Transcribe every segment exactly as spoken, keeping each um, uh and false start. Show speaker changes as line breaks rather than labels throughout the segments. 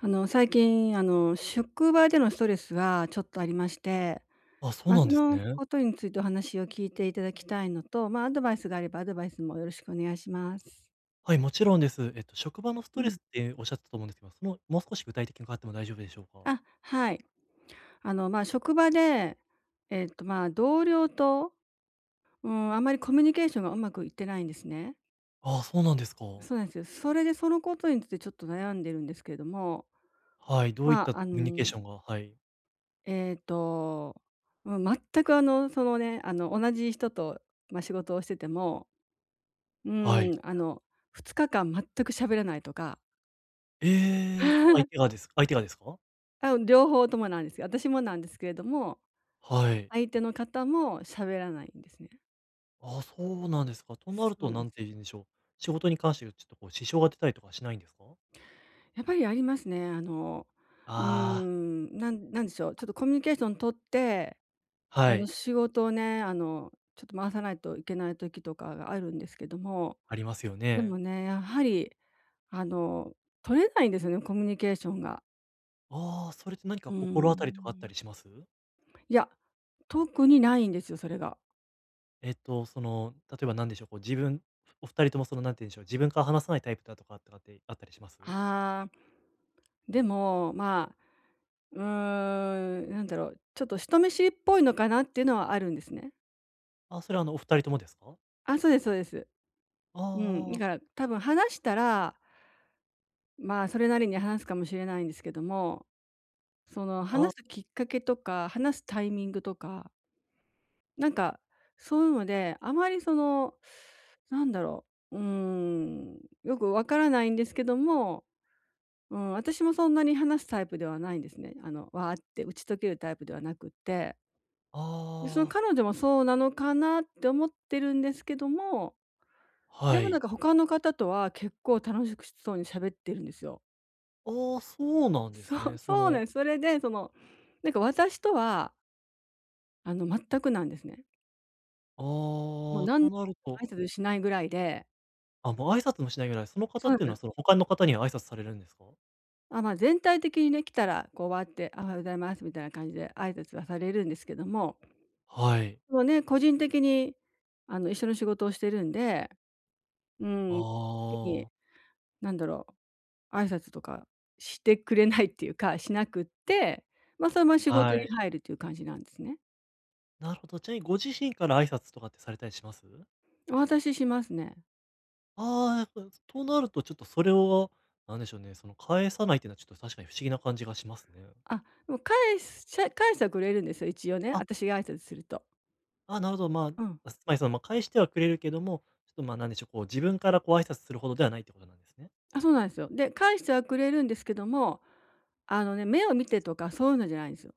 あの、最近、あの、職場でのストレスがちょっとありまして、
あ、そう
まあ、
なん
そ
です
の
ね。
ことについてお話を聞いていただきたいのと、まあ、アドバイスがあればアドバイスもよろしくお願いします。
はい、もちろんです。えっと、職場のス
う
トレ
ん。
スっておっしゃってたと思うんですけど、その、もう少し具体的に伺っても大丈夫でしょうか？
あ、はい。あの、まあ、職場で、えっと、まあ、同僚と、うん、あまりコミュニケーションがうまくいってないんですね。
ああ、そうなんですか。
そうなんですよ。それでそのことについてちょっと悩んでるんですけれども、
はい、どういっ
ま、
た
あ
コ
あ
ミュニケー
の
ションが、はい。
えっと、うん、全くあの、そのね、あの、同じ人と、まあ、仕事をしてても、う
はい。
ん、あの、ふつかかん全く喋らないとか、
ええ、相手が です相手がですか？
あ、両方ともなんですけど私もなんですけれども、
はい。
相手の方も喋らないんですね。
ああ、そうなんですか。となる
そう
と、
なん
な
で
ん
す
て
よ。
言うんでしょう、仕事に関してちょっとこう支障が出たりとかしないんですか？
やっぱりありますね。あの、うー
ああ、
ん、なんなんでしょう、ちょっとコミュニケーション取って、
は
あの、
い、
仕事をね、あの、ちょっと回さないといけない時とかがあるんですけども。
ありますよ
で
ね。
もね、やはり、あの、取れないんですよね、コミュニケーションが。
ああ、それって何
う
か
ー
心当たりとかあったり
ん。
します？
いや、特にないんですよ、それが。
えっと、その、例えばなんでしょう、こう自分お二人ともその、なんて言うんでしょう、自分から話さないタイプだとかとかってあったりします？
ああ。でも、まあ、うーん、なんだろう、ちょっと人見知りっぽいのかなっていうのはあるんですね。
あ、それはあの、お二人ともですか？
あ、そうですそうです。うん、だ
あ
から多分話したら、まあ、それなりに話すかもしれないんですけども、その
あ、あ、あ
話すきっかけとか、話すタイミングとかなんか、そういうので、あまりその、なんだろう、うーん、よくわからないんですけども、うん、私もそんなに話すタイプではないんですね。あの、わーって打ち解けるタイプではなくって。で、その
あ、
彼女もそうなのかなって思ってるんですけども、で
は
もなん
い。
か他の方とは結構楽しくしそうに喋ってるんですよ。
ああ、そうな んで
そ
す
う、
ね。そ
そう
の、
ね、それでその、なんか私とは、あの、全くなんですね。
あ
もう
あ、
なん挨
となると、
拶しないぐらいで、
あ、もう挨拶もしないぐらい、その方
そう
っ
な
てい
ん
う
で
の
す
は
よ。
その他の方には挨拶されるんですか？
あ、まあ、全体的にね、来たらこうわーって、「おはようございます」みたいな感じで挨拶はされるんですけども、
はい。
もうね、個人的にあの、一緒の仕事をしてるんで、うん、時に
ああ、
なんだろう、挨拶とかしてくれないっていうか、しなくって、ま、そのまま仕事
は
に
い。
入るという感じなんですね。
なるほど。ちなみにご自身から挨拶とかってされたりします？
私しますね。
ああ、やっぱ、となるとちょっとそれを、なんでしょうね、その返さないっていうのはちょっと確かに不思議な感じがしますね。
あ、でも返すしゃ返してはくれるんですよ、一応ね、
あ、
私が挨拶すると。
あ、なるほど、ま
うん。
あ、つまりその、まあ、返してはくれるけども、ちょっと、まあ、なんでしょう、こう自分からこう挨拶するほどではないってことなんですね。
あ、そうなんですよ。で、返してはくれるんですけども、あのね、目を見てとかそういうのじゃないんですよ。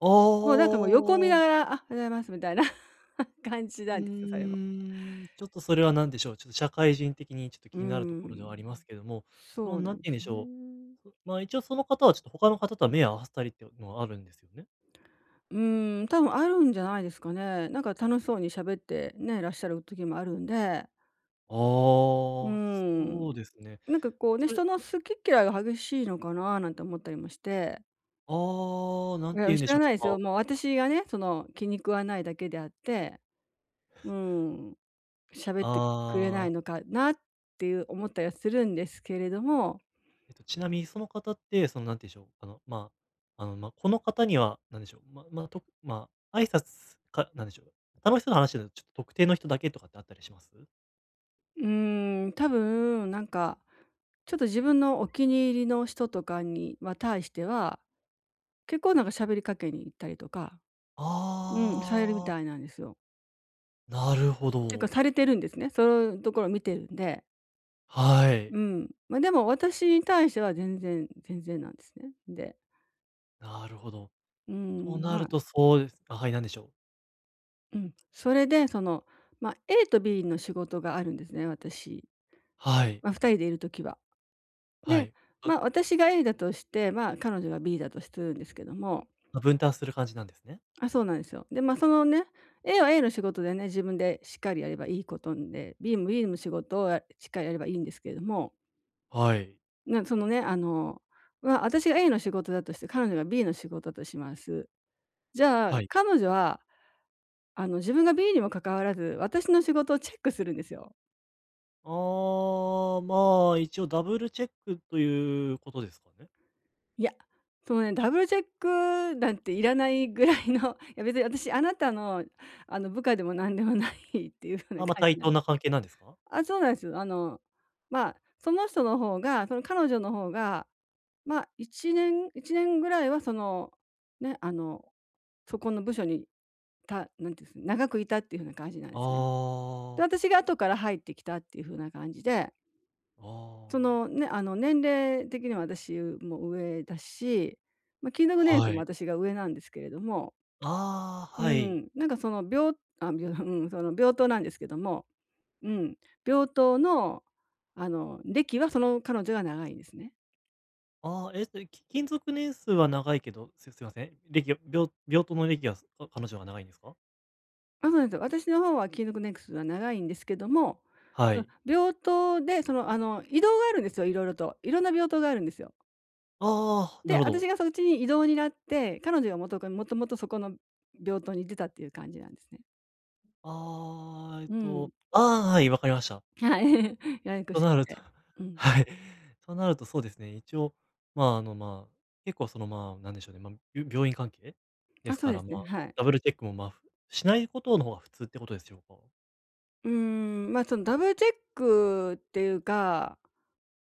あ
もうなん
あ、
かもう横見ながら、あ、おはようございますみたいな 感じな
う
ん
ー
ですよ、それも。
ん、ちょっとそれは何でしょう、ちょっと社会人的にちょっと
う
気になるところではありま
ん。
すけども、そ
そ
の、
う
な
な
ん
ん
て
で
言うん
す
でしょ
ね。
う、まあ、一応その方はちょっと他の方とは目を合わせたりっていうのはあるんですよね？
うん、多分あるんじゃないですかね。なんか楽しそうに喋ってね、らっしゃる時もあるんで、
ああ、
う
そう
ん。
ですね。
なんかこうね、
それ
人の好き嫌いが激しいのかななんて思ったりもして。
ああ、な
い
んて
や、
言うん
知
でし
ら
ょ
ないで
う、
す
か
よ。もう私がね、その気に食わないだけであって、うん、喋ってくれな
あ、
い
あ
のかなっていう思ったりはするんですけれども。
えっと、ちなみにその方って、その、なんて言うんでしょう、あの、まあ、あの、まあ、この方には、なんでしょう、ままあ、とまあ挨拶か、なんでしょう、他の人の話だとちょっと特定の人だけとかってあったりします？
うーん、多分なんか、ちょっと自分のお気に入りの人とかには対しては、結構なんか喋りかけに行ったりとか、うん、されるみ
ああ、
たいなんですよ。
なるほ
ていうか
ど。
されてるんですね。そういうところを見てるんで。
はい。
うん。ま、でも私に対しては全然全然なんですね。で、
なるほど。
う
と
ん、
な
ま
る
あ、
とそうです、あ、はい、なんでしょう。
うん、それでその、ま、A と B の仕事があるんですね、私。
はい、
ま、ふたりでいる時は。
は
で、
い。ぶ
ま、私が A だとして、ま、彼女が B だとするんですけども、
ま分担する感じなんですね。
あ、そうなんですよ。で、まあ、そのね、A は A の仕事でね、自分でしっかりやればいいことんで、B も B の仕事をやしっかりやればいいんですけれども、
はい、
なそのね、あの、まあ、私が A の仕事だとして、彼女が B の仕事だとします。じゃあ、
はい。
彼女は、あの、自分が B にも関わらず、私の仕事をチェックするんですよ。
ああ、まあ、一応ダブルチェックということですかね？
いや、そのね、ダブルチェックなんていらないぐらいの、いや別に私あなたの、あの、部下でもなんでもないっていうような
あ、ま、
感
対
じなん
等
で
な
す。
関係なんですか？
あ、そうなんですよ。あの、まあ、その人の方が、その彼女の方が、まあ、1年一年ぐらいはその、ね、あの、そこの部署に、たなんていうんです、長くいたっていうふうな感じなんですね。で、
ああ、
私が後から入ってきたっていう風な感じで、
あ
そ
あ。
のね、あの、年齢的には私も上だし、まあ、勤続年
は
数も
い。
私が上なんですけれども、
ああ、
う
はい。
ん、なんかその病あ、病、うん、その平等なんですけども、うん、病棟の、あの、歴はその彼女が長いんですね。
ああ、えっと、き勤続年数は長いけど、すすいません、歴がびょ病棟の歴が、か彼女は長いんですか？
まあ、そうなんですよ。私の方はキーノクネクスは長いんですけども、
は
その
い。
病棟で、その、あの、移動があるんですよ、いろいろと。いろんな病棟があるんですよ。
ああ、
で、
なるほ
私
ど。
がそっちに移動になって、彼女がもとかもともとそこの病棟に出たっていう感じなんですね。
ああ、えっ
うん。
と、ああ、はい、わかりました。
はい。ややこ
と
し
な
く
ると
て。う ん。
はい。となるとそうですね、一応、まあ、あの、まあ、結構その、まあ、なんでしょうね、まあ、び病院関係で
あ、
す
そう
か
で
ら、
す
ま
ね、
あ、
はい。
ダブルチェックも、まあ、ふしないことの方が普通ってことでしょうか？
うーん、まあ、そのダブルチェックっていうか、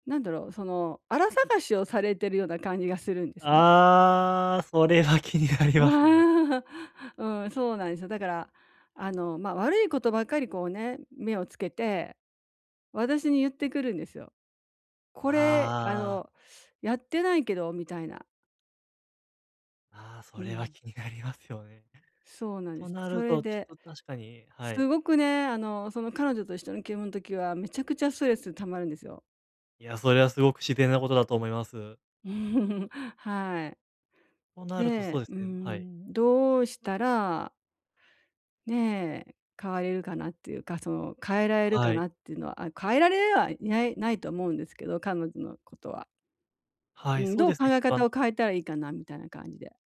なんだろう、その、荒探しをされてるような感じがするんですね。
ああ、それは気にな りますね。
わあ、うん、そうなんですよ。だから、あの、まあ、悪いことばっかりこうね、目をつけて、私に言ってくるんですよ。これ、あ
あ
の、やってないけどみたいな。
あ、ああ、
う
それは
ん、
気になりますよね。
そうなんで
と
す。
な
そ
る
れ
と、ち
で、
ょっと確かに、は
す
い。
ごくね、あの、その彼女と一緒の気分の時はめちゃくちゃストレス溜まるんですよ。
いや、それはすごく自然なことだと思います。
はい。
となるとそ
で、
うで
う
すね、はい。
ん、どうしたらねえ、変われるかなっていうか、その、変えられるか
はい。
なっていうのは、あ、変えられはいないないと思うんですけど、彼女のことは。
は
う
い、
ん、
そう
どう
です
考
ね、ち
え
ょっとあ
方
の
を変えたらいいかなみたいな感じで。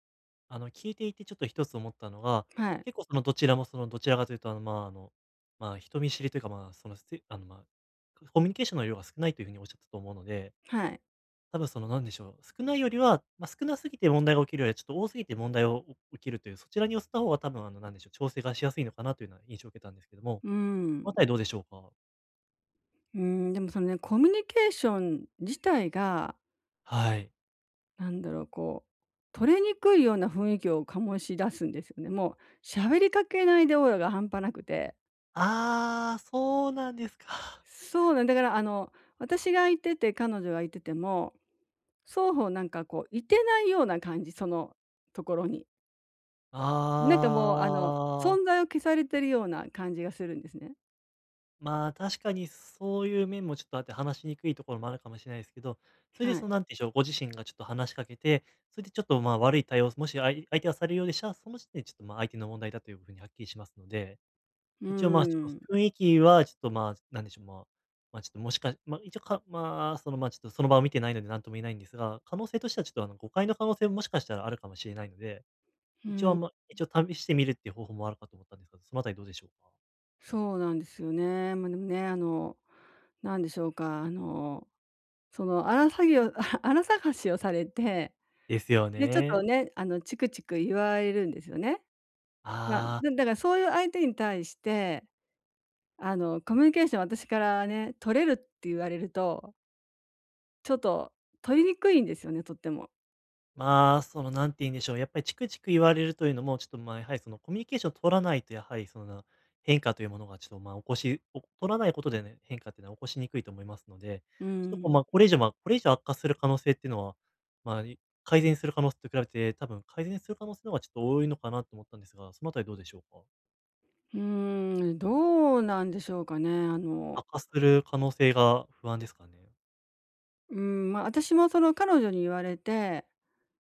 あの、聞いていてちょっと一つ思ったのが、
はい、
結構そのどちらもそのどちらかというと、あの、まあ、あの、まあ、人見知りというか、まあ、その、せあの、まあ、コミュニケーションの量が少ないというふうにおっしゃったと思うので、
はい。
多分その、なんでしょう、少ないよりは、まあ、少なすぎて問題が起きるよりは、ちょっと多すぎて問題を起きるという、そちらに寄せた方が多分、あの、なんでしょう、調整がしやすいのかなというような印象を受けたんですけども、
う
このあ
ん。
たりどうでしょうか？
うん、でもそのね、コミュニケーション自体が、
はい。
なんだろう、こう、取れにくいような雰囲気を醸し出すんですよね。もう喋りかけないでオーラが半端なくて。
あー、そうなんですか。
そうなんだからあの、私がいてて、彼女がいてても双方なんかこう、いてないような感じ、そのところに。なん
あ
かもう、あの、
ー。
存在を消されてるような感じがするんですね。
まあ、確かにそういう面もちょっとあって、話しにくいところもあるかもしれないですけど、それで
は
そ
い。
の、なんていうんでしょう、ご自身がちょっと話しかけて、それでちょっと、まあ、悪い対応、もし相相手がされるようでしたら、その時点でちょっと、まあ、相手の問題だというふうにはっきりしますので、
う
一応、まあ、ち
ー
ょっと
ん。
雰囲気はちょっと、まあ、なんでしょう、まあ、まあ、ちょっともしかまあ、一応かまあ、その、まあ、ちょっとその場を見てないので何とも言えないんですが、可能性としてはちょっと、あの、誤解の可能性ももしかしたらあるかもしれないので、
う
一応、あ
ん。
んま一応試してみるっていう方法もあるかと思ったんですが、そのあたりどうでしょうか？
そうなんですよね。まあ、でもね、あの、なんでしょうか、あの、その荒らさをあ 探しをされて、
ですよ
で、ちょっと
ね。
ね、あの、チクチク言われるんですよね。まあ、
あ
だだ
あ。
からそういう相手に対して、あの、コミュニケーション私からね、取れるって言われるとちょっと取りにくいんですよね、とっても。
まあ、その、なんて言うんでしょう、やっぱりチクチク言われるというのも、ちょっと、まあ、やはりそのコミュニケーションを取らないと、やはりその変化というものがちょっと、まあ、起こし、お取らないことでね、変化っていうのは起こしにくいと思いますので、
う
ちょっとこう、
ん。
まあ、これ以上、まあ、これ以上悪化する可能性っていうのは、まあ、い改善する可能性と比べて、多分改善する可能性の方がちょっと多いのかなと思ったんですが、そのあたりどうでしょうか？
うーん、どうなんでしょうかね。あの、
悪化する可能性が不安ですかね？
うん、まあ、私もその彼女に言われて、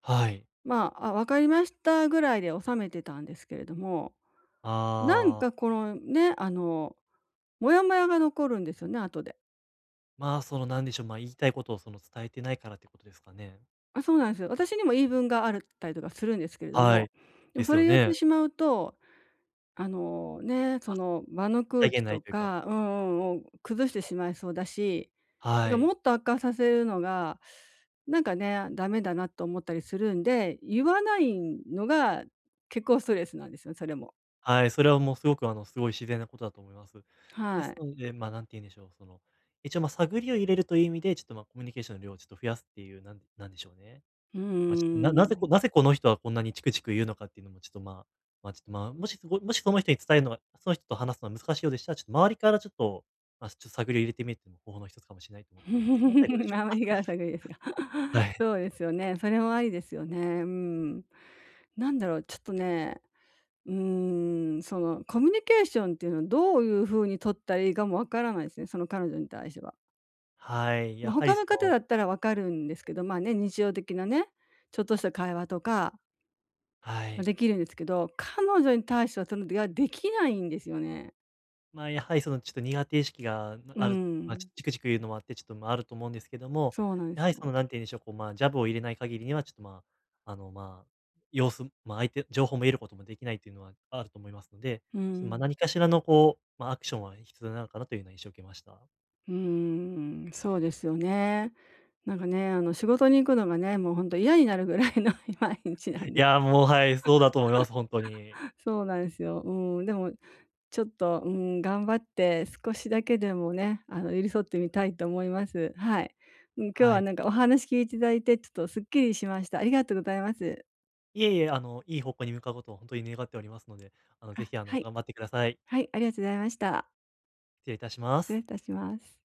はい。
まあ、あ、分かりましたぐらいで収めてたんですけれども、なん
ああ、
かこのね、あの、モヤモヤが残るんですよね、後で。
まあ、その、なんでしょう、まあ、言いたいことをその伝えてないからってことですかね？
あ、そうなんですよ。私にも言い分があるったりとかするんですけれど
は
も、
い。
で
で
もそ
す
れ
よ
言って
ね。
しまうとあの、ね、その場の空
際
気
限な
と
いというか、
か、うんうん、を崩してしまいそうだし、て
は
か
い。
もっと悪化させるのが、なんかね、ダメだなと思ったりするんで、言わないのが結構ストレスなんですよ、それも。
はい、それはもうすごく、あの、すごい自然なことだと思います。で
は
す
い。
ので、まあ、なんて言うんでしょう、その、一応、ま、あ探りを入れるという意味で、ちょっと、ま、あコミュニケーションの量をちょっと増やすっていう、なんでなんでしょうね。
う
まあ、ちょっと、なな
ー
ぜこ
ん。
なぜこの人はこんなにチクチク言うのかっていうのも、ちょっと、まあ、まあ、ちょっと、まあ、もしそこもしその人に伝えるのがその人と話すのは難しいようでしたら、ちょっと周りからちょっと、まあ、ちょっと探りを入れてみるっていうのも方法の一つかもしれないと思ったんですが、そのあたりどうでし ょう
あま
か？
りがさぐいですが。そ うですよね、それもありですよね。うん。なんだろう、ちょっとね、うーん、そのコミュニケーションっていうのをどういう風に取ったらいいかもわからないですね、その彼女に対しては。
はい。はい、
ま、
やは
他
り
の
そ
方
の
だったらわかるんですけど、まあね、日常的なね、ちょっとした会話とか、
は
ま、
い。
できるんですけど、彼女に対してはそのではできないんですよね。
まあ、やはりそのちょっと苦手意識が
う
ある、まあ、ちょ
ん、
っとチクチク言うのもあって、ちょっと、ま、ああると思うんですけども、
そうなんで
や
す
はりそ
よ。
の、なんて言うんでしょう、こう、まあ、ジャブを入れない限りには、ちょっと、まあ、あの、まあ、様子まあ、相手情報も得ることもできないというのはあると思いますので、
う
ちょっと、ま、
ん。
何かしらのこう、まあ、アクションは必要なのかなというような印象を受けました。
うーん、そうですよね。なんかね、あの仕事に行くのがね、もうほんと嫌になるぐらいの 毎日な
い
んです。
や、もう、はい、そうだと思います、本当に。
そうなんですよ。うん、でも、ちょっと、うん、頑張って少しだけでもね、あの、寄り添ってみたいと思います。はい。うん、今日
は
は
い。
なんかお話聞いていただいて、ちょっとすっきりしました。ありがとうございます。
いえいえ、あの、いい方向に向かうことを本当に願っておりますので、あの、ぜ
あ、
ひ、あ
は
の、
い。
頑張ってください。
はい、ありがとうございました。
失礼いたしま
失礼い
す。
たします。